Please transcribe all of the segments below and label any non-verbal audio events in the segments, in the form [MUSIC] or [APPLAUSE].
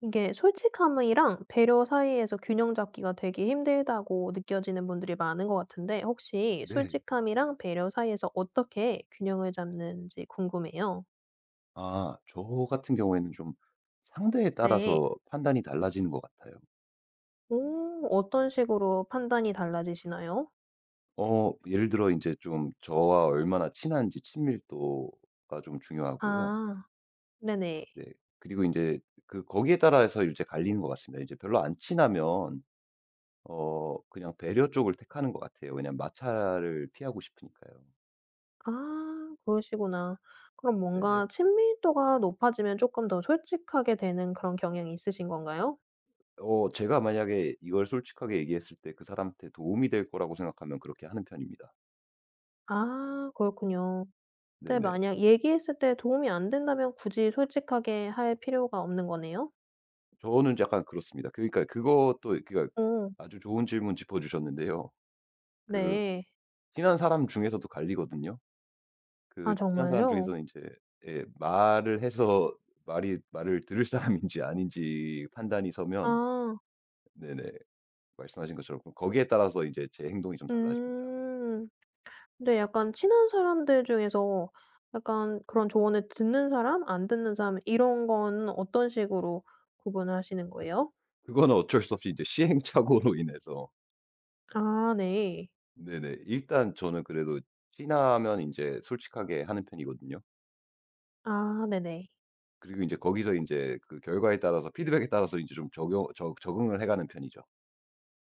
이게 솔직함이랑 배려 사이에서 균형 잡기가 되게 힘들다고 느껴지는 분들이 많은 것 같은데 혹시 네. 솔직함이랑 배려 사이에서 어떻게 균형을 잡는지 궁금해요. 저 같은 경우에는 좀 상대에 네. 따라서 판단이 달라지는 것 같아요. 오, 어떤 식으로 판단이 달라지시나요? 예를 들어 이제 좀 저와 얼마나 친한지 친밀도가 좀 중요하고요. 아, 네네. 네. 그리고 이제 그 거기에 따라서 이제 갈리는 것 같습니다. 이제 별로 안 친하면 그냥 배려 쪽을 택하는 것 같아요. 왜냐면 마찰을 피하고 싶으니까요. 아, 그러시구나. 그럼 네네. 뭔가 친밀도가 높아지면 조금 더 솔직하게 되는 그런 경향이 있으신 건가요? 제가 만약에 이걸 솔직하게 얘기했을 때 그 사람한테 도움이 될 거라고 생각하면 그렇게 하는 편입니다. 아, 그렇군요. 근데 네네. 만약 얘기했을 때 도움이 안 된다면 굳이 솔직하게 할 필요가 없는 거네요? 저는 약간 그렇습니다. 그러니까 그것도 그러니까 어 아주 좋은 질문 짚어 주셨는데요. 그 네. 친한 사람 중에서도 갈리거든요. 아, 그 친한 사람 정말요? 중에서는 이제 예 말을 해서 말이 말을 들을 사람인지 아닌지 판단이 서면 아, 네네 말씀하신 것처럼 그럼 거기에 따라서 이제 제 행동이 좀 달라집니다. 음. 근데 약간 친한 사람들 중에서 약간 그런 조언을 듣는 사람, 안 듣는 사람 이런 건 어떤 식으로 구분하시는 거예요? 그거는 어쩔 수 없이 이제 시행착오로 인해서 아, 네. 네네 일단 저는 그래도 친하면 이제 솔직하게 하는 편이거든요. 아, 네네. 그리고 이제 거기서 인제 그 결과에 따라서 피드백에 따라서 인제 좀 적용 적 적응을 해 가는 편이죠.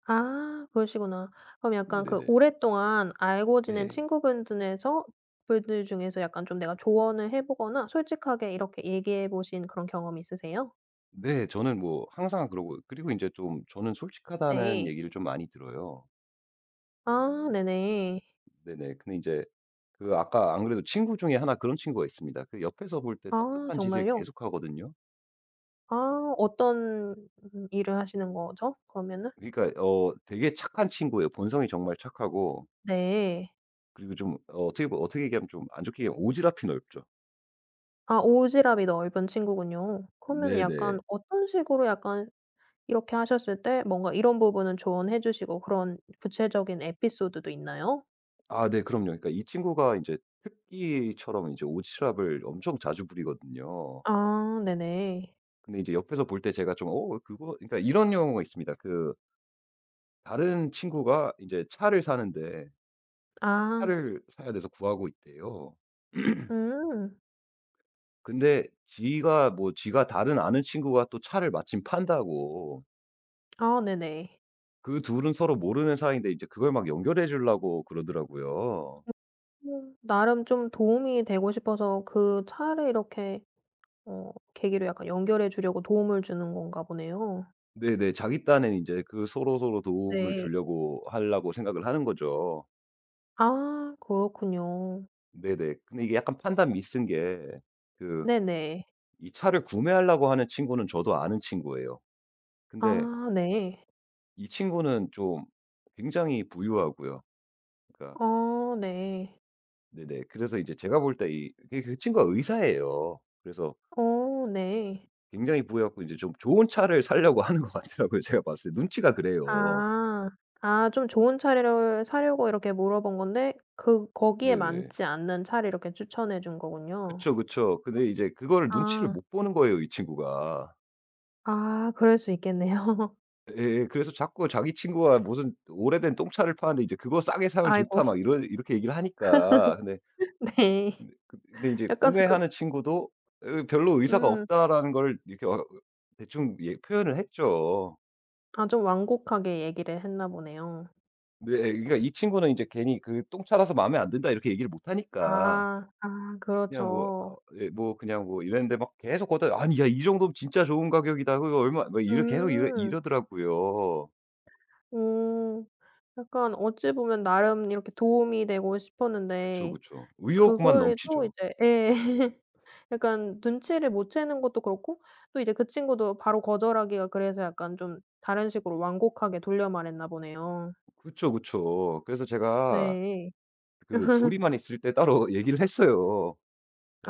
아, 그러시구나. 그럼 약간 그 네네네. 오랫동안 알고 지낸 네. 친구분들에서 분들 중에서 약간 좀 내가 조언을 해 보거나 솔직하게 이렇게 얘기해 보신 그런 경험이 있으세요? 네. 저는 뭐 항상 그러고 그리고 인제 좀 저는 솔직하다는 네. 얘기를 좀 많이 들어요. 아, 네네. 네네. 근데 인제 그 아까 안 그래도 친구 중에 하나 그런 친구가 있습니다. 그 옆에서 볼 때 아, 답답한 짓을 정말요? 계속하거든요. 아, 어떤, 음, 일을 하시는 거죠? 그러면은? 그러니까 되게 착한 친구예요. 본성이 정말 착하고 네. 그리고 좀 어떻게 얘기하면 좀 안 좋게 얘기하면 오지랖이 넓죠. 아, 오지랖이 넓은 친구군요. 그러면은 약간 네네. 어떤 식으로 약간 이렇게 하셨을 때 뭔가 이런 부분은 조언해 주시고 그런 구체적인 에피소드도 있나요? 아 네 그럼요. 그러니까 이 친구가 이제 특기처럼 이제 오지랖을 엄청 자주 부리거든요. 아, 네네. 근데 이제 옆에서 볼 때 제가 좀 "어 그거" 그러니까 이런 경우가 있습니다. 그 다른 친구가 이제 차를 사는데 아, 차를 사야 돼서 구하고 있대요. 음. 근데 지가 다른 아는 친구가 또 차를 마침 판다고 아, 네네. 그 둘은 서로 모르는 사이인데 이제 그걸 막 연결해 주려고 그러더라고요. 음, 나름 좀 도움이 되고 싶어서 그 차를 이렇게 어 계기로 약간 연결해 주려고 도움을 주는 건가 보네요. 네네. 자기 딴엔 이제 그 서로서로 도움을 네. 주려고 하려고 생각을 하는 거죠. 아, 그렇군요. 네네. 근데 이게 약간 판단 미스인 게 그 네네. 이 차를 구매하려고 하는 친구는 저도 아는 친구예요. 근데 아, 네. 이 친구는 좀 굉장히 부유하고요. 그러니까 어, 네. 네네. 그래서 이제 제가 볼 때 이 그 그 친구가 의사예요. 그래서 어, 네. 굉장히 부유해 고 이제 좀 좋은 차를 사려고 [LAUGHS] 하는 것 같더라고요, 제가 봤을 때. 눈치가 그래요. 아. 아, 좀 좋은 차를 사려고 이렇게 물어본 건데 그 거기에 네네. 맞지 않는 차를 이렇게 추천해 준 거군요. 그쵸, 그쵸. 근데 이제 그거를 눈치를 아. 못 보는 거예요, 이 친구가. 아, 그럴 수 있겠네요. [LAUGHS] 예예. 그래서 자꾸 자기 친구가 무슨 오래된 똥차를 파는데 이제 "그거 싸게 사면 좋다." 아이고. 막 이런 이렇게 얘기를 하니까. 근데 네. 근데 근데 근데 제 약간 그, 구매하는 친구도 으 별로 의사가 음, 없다라는 걸 이렇게 대충 예 표현을 했죠. 아, 좀 완곡하게 얘기를 했나 보네요. 네 예 그러니까 이 친구는 이제 괜히 그 "똥차라서 마음에 안 든다." 이렇게 얘기를 못 하니까 아. 아, 그냥 그렇죠. 그냥 뭐 이랬는데 막 계속 거기다 "아니 야 이 정도면 진짜 좋은 가격이다. 그거 얼마" 막 이러 계속 이러 음. 이러더라고요. 오, 약간 어찌 보면 나름 이렇게 도움이 되고 그쵸, 싶었는데 그쵸. 의욕만 그거를 또 넘치죠. 이제 예. [LAUGHS] 약간 눈치를 못 채는 것도 그렇고 또 이제 그 친구도 바로 거절하기가 그래서 약간 좀 다른 식으로 완곡하게 돌려 말했나 보네요. 그쵸, 그쵸. 그래서 제가 네. 그 둘이만 있을 때 따로 [LAUGHS] 얘기를 했어요.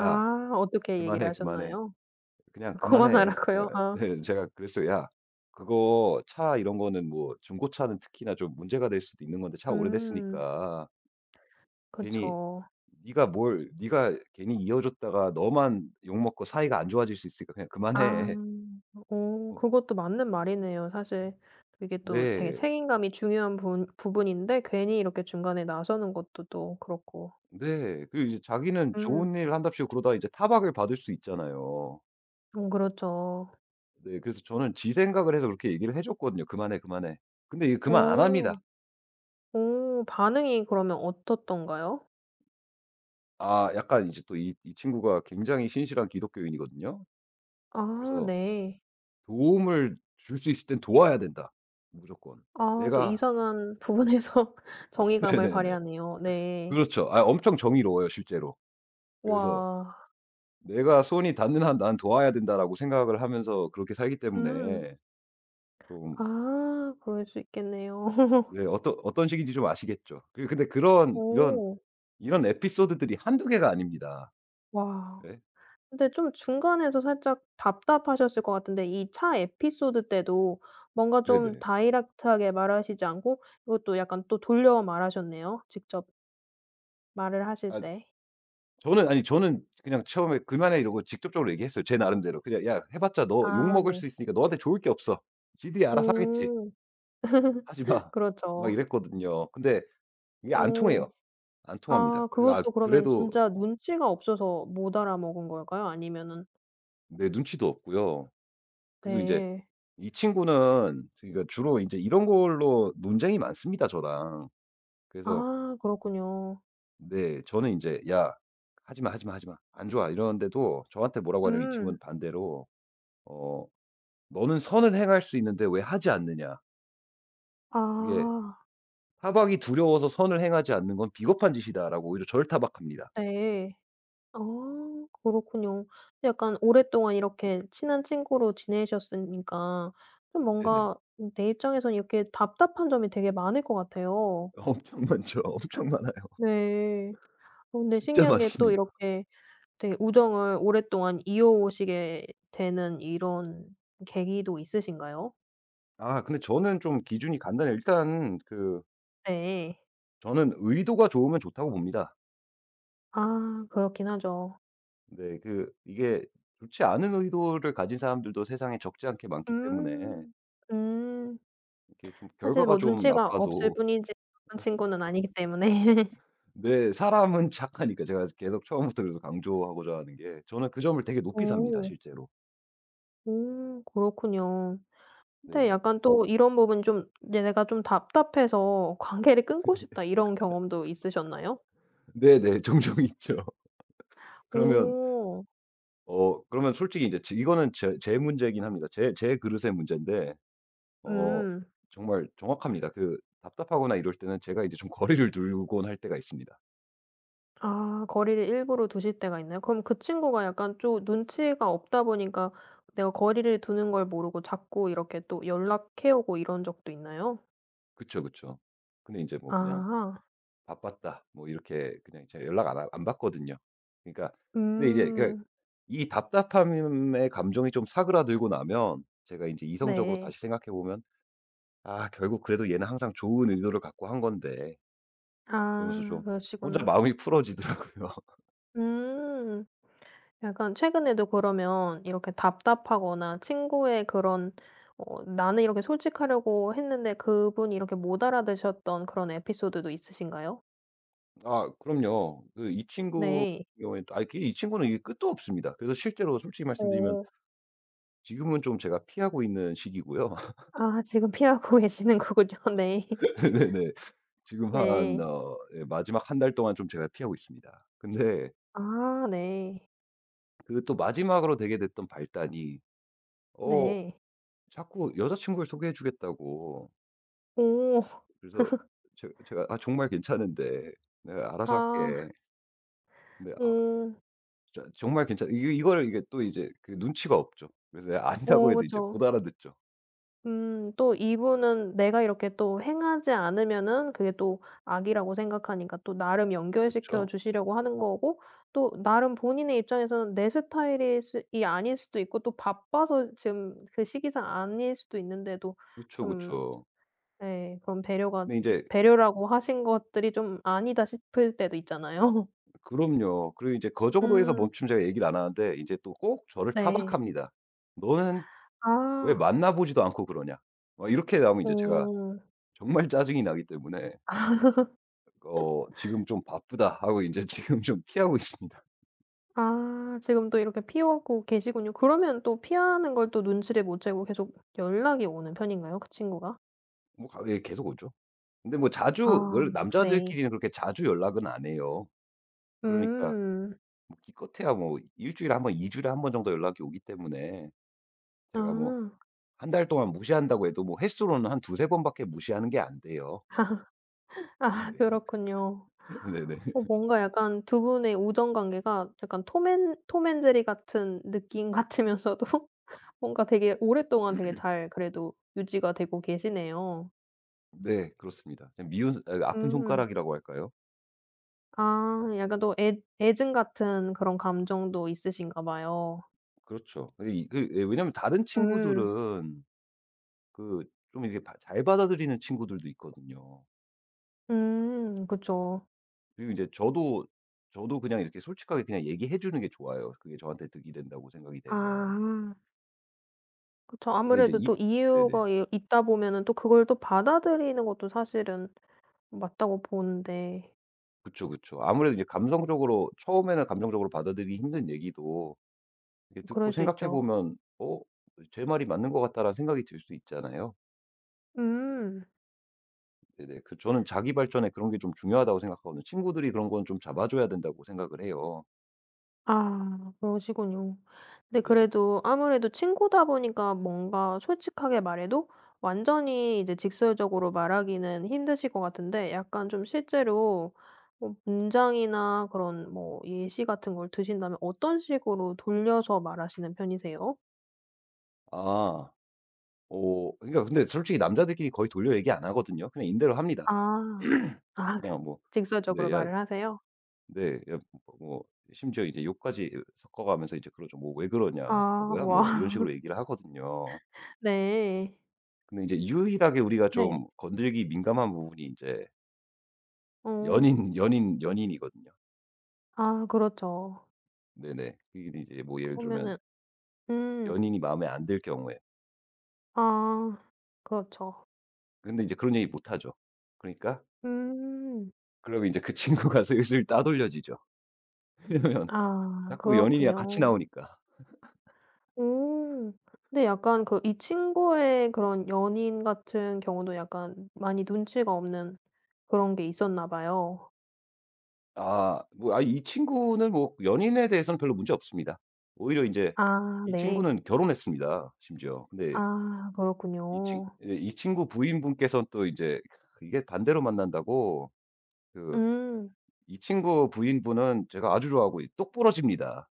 "야 어떻게 얘기를 그만해, 그만해. 하셨나요? 그냥 그만해." 제가 [LAUGHS] 그만하라고요? [LAUGHS] 아, 네 제가 그랬어요. "야 그거 차 이런 거는 뭐 중고차는 특히나 좀 문제가 될 수도 있는 건데 차 음, 오래됐으니까 괜히 그쵸. 네가 괜히 이어줬다가 너만 욕먹고 사이가 안 좋아질 수 있으니까 그냥 아, 그만해." 어, 어 그것도 맞는 말이네요. 사실 이게 또 되게 네. 책임감이 중요한 부분 부분인데 괜히 이렇게 중간에 나서는 것도 또 그렇고. 네. 그리고 이제 자기는 음. 좋은 일을 한답시고 그러다가 이제 타박을 받을 수 있잖아요. 음, 그렇죠. 네. 그래서 저는 지 생각을 해서 그렇게 얘기를 해 줬거든요. "그만해, 그만해." 근데 얘 그만 안 어. 합니다. 어, 반응이 그러면 어떻던가요? 아 약간 이제 또 이 친구가 굉장히 신실한 기독교인이거든요. 아, 그래서 네. 도움을 줄 수 있을 땐 도와야 된다, 무조건. 아, 또 내가 이상한 [LAUGHS] 부분에서 [LAUGHS] 정의감을 네네네. 발휘하네요. 네. 그렇죠. 아 엄청 정의로워요, 실제로. 그래서 와. '내가 손이 닿는 한 난 도와야 된다.'라고 생각을 하면서 그렇게 살기 음. 때문에 좀 아, 그럴 수 있겠네요. [LAUGHS] 네 어떤 식인지 좀 아시겠죠. 그 근데 그런 이런 오. 이런 에피소드들이 한두 개가 아닙니다. 와. 네. 근데 좀 중간에서 살짝 답답하셨을 것 같은데 이 차 에피소드 때도 뭔가 좀 네네. 다이렉트하게 말하시지 않고 이것도 약간 또 돌려 말하셨네요, 직접 말을 하실 아 때. 저는 아니 저는 그냥 처음에 "그만해." 이러고 직접적으로 얘기했어요, 제 나름대로. 그냥 "야 해 봤자 너 아, 욕먹을 네. 수 있으니까 너한테 좋을 게 없어. 지들이 알아서 하겠지. 오. 하지 마." 막 그렇죠. 이랬거든요. 근데 이게 안 오. 통해요. 안 통합니다. 아, 그 아 그것도 그러면 그래도 진짜 눈치가 없어서 못 알아먹은 걸까요? 아니면은, 네 눈치도 없고요. 그리고 인제 네. 이 친구는 그러니까 주로 인제 이런 걸로 논쟁이 많습니다, 저랑. 그래서 아, 그렇군요. 네 저는 인제 "야 하지 마, 하지 마, 하지 마. 안 좋아." 이러는데도 저한테 뭐라고 하냐면 이 친구는 음. 반대로 어 "너는 선을 행할 수 있는데 왜 하지 않느냐. 아, 그게 타박이 두려워서 선을 행하지 않는 건 비겁한 짓이다."라고 오히려 저를 타박합니다. 네. 아, 그렇군요. 약간 오랫동안 이렇게 친한 친구로 지내셨으니까 좀 네네. 뭔가 [LAUGHS] 내 입장에선 이렇게 답답한 점이 되게 많을 것 같아요. 엄청 많죠. 엄청 많아요. 네. 어, [LAUGHS] 근데 진짜 신기한 게 또 많습니다. 이렇게 되게 우정을 오랫동안 이어오시게 되는 이런 계기도 있으신가요? 아 근데 저는 좀 기준이 간단해요. 일단 그 네. 저는 의도가 좋으면 좋다고 봅니다. 아, 그렇긴 하죠. 네 그 이게 좋지 않은 의도를 가진 사람들도 세상에 적지 않게 많기 때문에 음. 음. 이게 좀 사실 결과가 뭐 좀 눈치가 없을 나빠도 뿐이지 그런 친구는 아니기 때문에. [LAUGHS] 네 사람은 [LAUGHS] 착하니까 제가 계속 처음부터 그래서 강조하고자 하는 게 저는 그 점을 되게 높이 삽니다 오, 실제로. 음, 그렇군요. 근데 네네. 약간 또 이런 부분 좀 내가 좀 답답해서 관계를 끊고 싶다.' 이런 경험도 있으셨나요? 네네. [LAUGHS] 종종 있죠. 그러면 오. 그러면 솔직히 인제 제 이거는 제 문제이긴 합니다. 제 그릇의 문제인데 어 음. 정말 정확합니다. 그 답답하거나 이럴 때는 제가 이제 좀 [LAUGHS] 거리를 두곤 할 때가 있습니다. 아, 거리를 일부러 두실 때가 있나요? 그럼 그 친구가 약간 좀 눈치가 없다 보니까 내가 거리를 두는 걸 모르고 자꾸 이렇게 또 연락해 오고 이런 적도 있나요? 그쵸, 그쵸. 근데 인제 뭐 그냥 아. "바빴다." 뭐 이렇게 그냥 제가 연락 안 하 안 받거든요. 그러니까 근데 이제 그러니까 음. 이 답답함의 감정이 좀 사그라들고 나면 제가 인제 이성적으로 네. 다시 생각해 보면 '아 결국 그래도 얘는 항상 좋은 의도를 갖고 한 건데' 그러면서 아, 좀 혼자 그러시구나. 마음이 풀어지더라고요. [LAUGHS] 음. 약간 최근에도 그러면 이렇게 답답하거나 친구의 그런 어 나는 이렇게 솔직하려고 했는데 그분이 이렇게 못 알아들으셨던 그런 에피소드도 있으신가요? 아 그럼요. 그 이 친구 네. 같은 경우에는 또 아이 그 이 친구는 이게 끝도 없습니다. 그래서 실제로 솔직히 말씀드리면 오. 지금은 좀 제가 피하고 있는 시기고요. 아, 지금 피하고 계시는 거군요. [LAUGHS] 네. [LAUGHS] 네네. 지금 한 네. 마지막 한 달 동안 좀 제가 피하고 있습니다. 근데 아, 네. 그 또 마지막으로 되게 됐던 발단이 어 네. 자꾸 여자친구를 소개해 주겠다고 오. 그래서 제가 정말 괜찮은데 내가 알아서 아. 할게." 아 음. 저 정말 괜찮 이거 이거를 이게 또 이제 그 눈치가 없죠. 그래서 아니라고 오, 어, 해도 이제 그쵸. 못 알아듣죠. 음, 또 이분은 내가 이렇게 또 행하지 않으면은 그게 또 악이라고 생각하니까 또 나름 연결시켜 그쵸. 주시려고 하는 거고 또 나름 본인의 입장에서는 내 스타일이 스 이 아닐 수도 있고 또 바빠서 지금 그 시기상 아닐 수도 있는데도 그쵸, 좀 그쵸. 예 그런 배려가 근데 이제 배려라고 하신 것들이 좀 아니다 싶을 때도 있잖아요. 그럼요. 그리고 이제 그 [LAUGHS] 정도에서 음. 멈춤 제가 얘기를 안 하는데 이제 또 꼭 저를 네. 타박합니다. "너는 왜 아. 만나 보지도 않고 그러냐?" 막 이렇게 나오면 이제 제가 음. 정말 짜증이 나기 때문에 "지금 좀 바쁘다." 하고 이제 [LAUGHS] 지금 좀 피하고 있습니다. 아, 지금 또 이렇게 피하고 계시군요. 그러면 또 피하는 걸 또 눈치를 못 채고 계속 연락이 오는 편인가요? 그 친구가? 뭐 가 예 계속 오죠. 근데 뭐 자주 아, 원래 네. 남자들끼리는 그렇게 자주 연락은 안 해요. 그러니까 음. 기껏해야 뭐 일주일에 한 번, 2주일 주일에 한 번 정도 연락이 오기 때문에 아. 제가 뭐 [LAUGHS] 한 달 동안 무시한다고 해도 뭐 횟수로는 한 두세 번밖에 무시하는 게 안 돼요. 아, 그렇군요. [LAUGHS] 네네. 어, 뭔가 약간 두 분의 우정 관계가 약간 톰앤 제리 같은 느낌 같으면서도 [LAUGHS] 뭔가 되게 오랫동안 되게 잘 그래도 유지가 되고 계시네요. 네 그렇습니다. 그냥 미운 아 아픈 음. 손가락이라고 할까요? 아, 약간 또 애 애증 같은 그런 감정도 있으신가 봐요. 그렇죠. 그 이 그 예 왜냐면 다른 음. 친구들은 그 좀 이게 잘 받아들이는 친구들도 있거든요. 음, 그쵸. 그리고 이제 저도 그냥 이렇게 솔직하게 그냥 얘기해 주는 게 좋아요, 그게 저한테 득이 된다고 생각이 아, 되면. 그쵸. 근데 이제 아무래도 이 또 네네. 이유가 이 있다 보면은 또 그걸 또 받아들이는 것도 사실은 맞다고 보는데, 그쵸, 그쵸. 아무래도 이제 감성적으로 처음에는 감정적으로 받아들이기 힘든 얘기도 이게 듣고 그럴 수 생각해 있죠. 보면 '어 제 말이 맞는 것 같다.'라는 생각이 들 수 있잖아요. 음. 네네. 그 저는 자기 발전에 그런 게 좀 중요하다고 생각하거든요. 친구들이 그런 건 좀 잡아 줘야 된다고 생각을 해요. 아, 그러시군요. 근데 네네. 그래도 아무래도 친구다 보니까 뭔가 솔직하게 말해도 완전히 이제 직설적으로 말하기는 힘드실 것 같은데 약간 좀 실제로 뭐 문장이나 그런 뭐 예시 같은 걸 드신다면 어떤 식으로 돌려서 말하시는 편이세요? 아. 어 그러니까 근데 솔직히 남자들끼리 거의 돌려 얘기 안 하거든요. 그냥 인대로 합니다. 아. 아, 그 그냥 뭐 "네. 직설적으로 야 말을 하세요? 네. 야 뭐" 심지어 이제 욕까지 섞어 가면서 이제 그러죠. "뭐 왜 그러냐." 아, "뭐 바보야?" 뭐 이런 와. 식으로 얘기를 하거든요. [LAUGHS] 네. 근데 이제 유일하게 우리가 네. 좀 건들기 민감한 부분이 이제 어. 연인이거든요. 아, 그렇죠. 네네. 이게 이제 뭐 예를 들면 그러면은, 음. 연인이 마음에 안 들 경우에. 아, 그렇죠. 근데 이제 그런 얘기 못 하죠. 그러니까 음. 그러면 이제 그 친구가 슬슬 [LAUGHS] 따돌려지죠. 왜냐면 아, 자꾸 연인이랑 같이 그렇군요. 나오니까. 오. 근데 약간 그 이 친구의 그런 연인 같은 경우도 약간 많이 눈치가 없는 그런 게 있었나 봐요. 이 친구는 뭐 연인에 대해서는 별로 문제 없습니다. 오히려 이제 아, 이 네. 친구는 결혼했습니다, 심지어. 근데 아, 이 친 그렇군요. 예 이 친구 부인분께서는 또 이제 이게 반대로 만난다고 그 음. 이 친구 부인분은 제가 아주 좋아하고 똑부러집니다.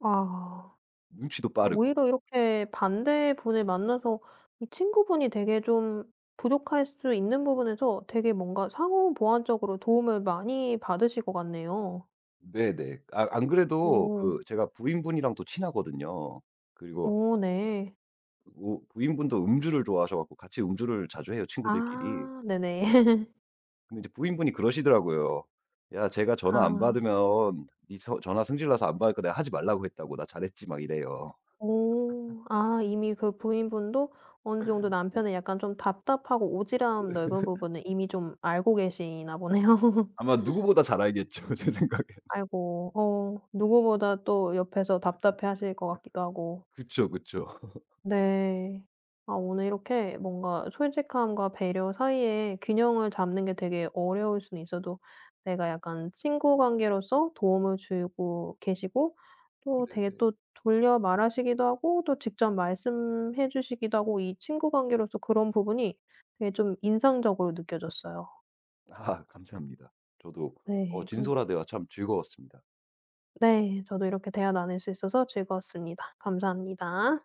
아. 눈치도 빠르고. 오히려 이렇게 반대분을 만나서 이 친구분이 되게 좀 부족할 수 있는 부분에서 되게 뭔가 상호 보완적으로 도움을 많이 받으실 것 같네요. 네네. 아 안 그래도 오. 그 제가 부인분이랑 또 친하거든요. 그리고 오, 네. 부인분도 음주를 좋아하셔 갖고 같이 음주를 자주 해요, 친구들끼리. 아, 네네. [LAUGHS] 근데 이제 부인분이 그러시더라고요. "야 제가 전화 안 아. 받으면 니 서 전화 승질나서 안 받을거까 내가 하지 말라고 했다고. 나 잘했지." 막 이래요. 오. 아, 이미 그 부인분도 어느 정도 남편의 약간 좀 답답하고 오지랖 넓은 부분을 이미 좀 알고 계시나 보네요. [LAUGHS] 아마 누구보다 잘 알겠죠, [LAUGHS] 제 생각에. 아이고, 어, 누구보다 또 옆에서 답답해하실 것 같기도 하고. 그쵸, 그쵸. 네. 아, 오늘 이렇게 뭔가 솔직함과 배려 사이에 균형을 잡는 게 되게 어려울 수는 있어도 내가 약간 친구 관계로서 도움을 주고 계시고 또 되게 네네. 또 돌려 말하시기도 하고 또 직접 말씀해 주시기도 하고 이 친구 관계로서 그런 부분이 되게 좀 인상적으로 느껴졌어요. 아 감사합니다. 저도 네. 그. 진솔한 대화 참 즐거웠습니다. 네. 저도 이렇게 대화 나눌 수 있어서 즐거웠습니다. 감사합니다.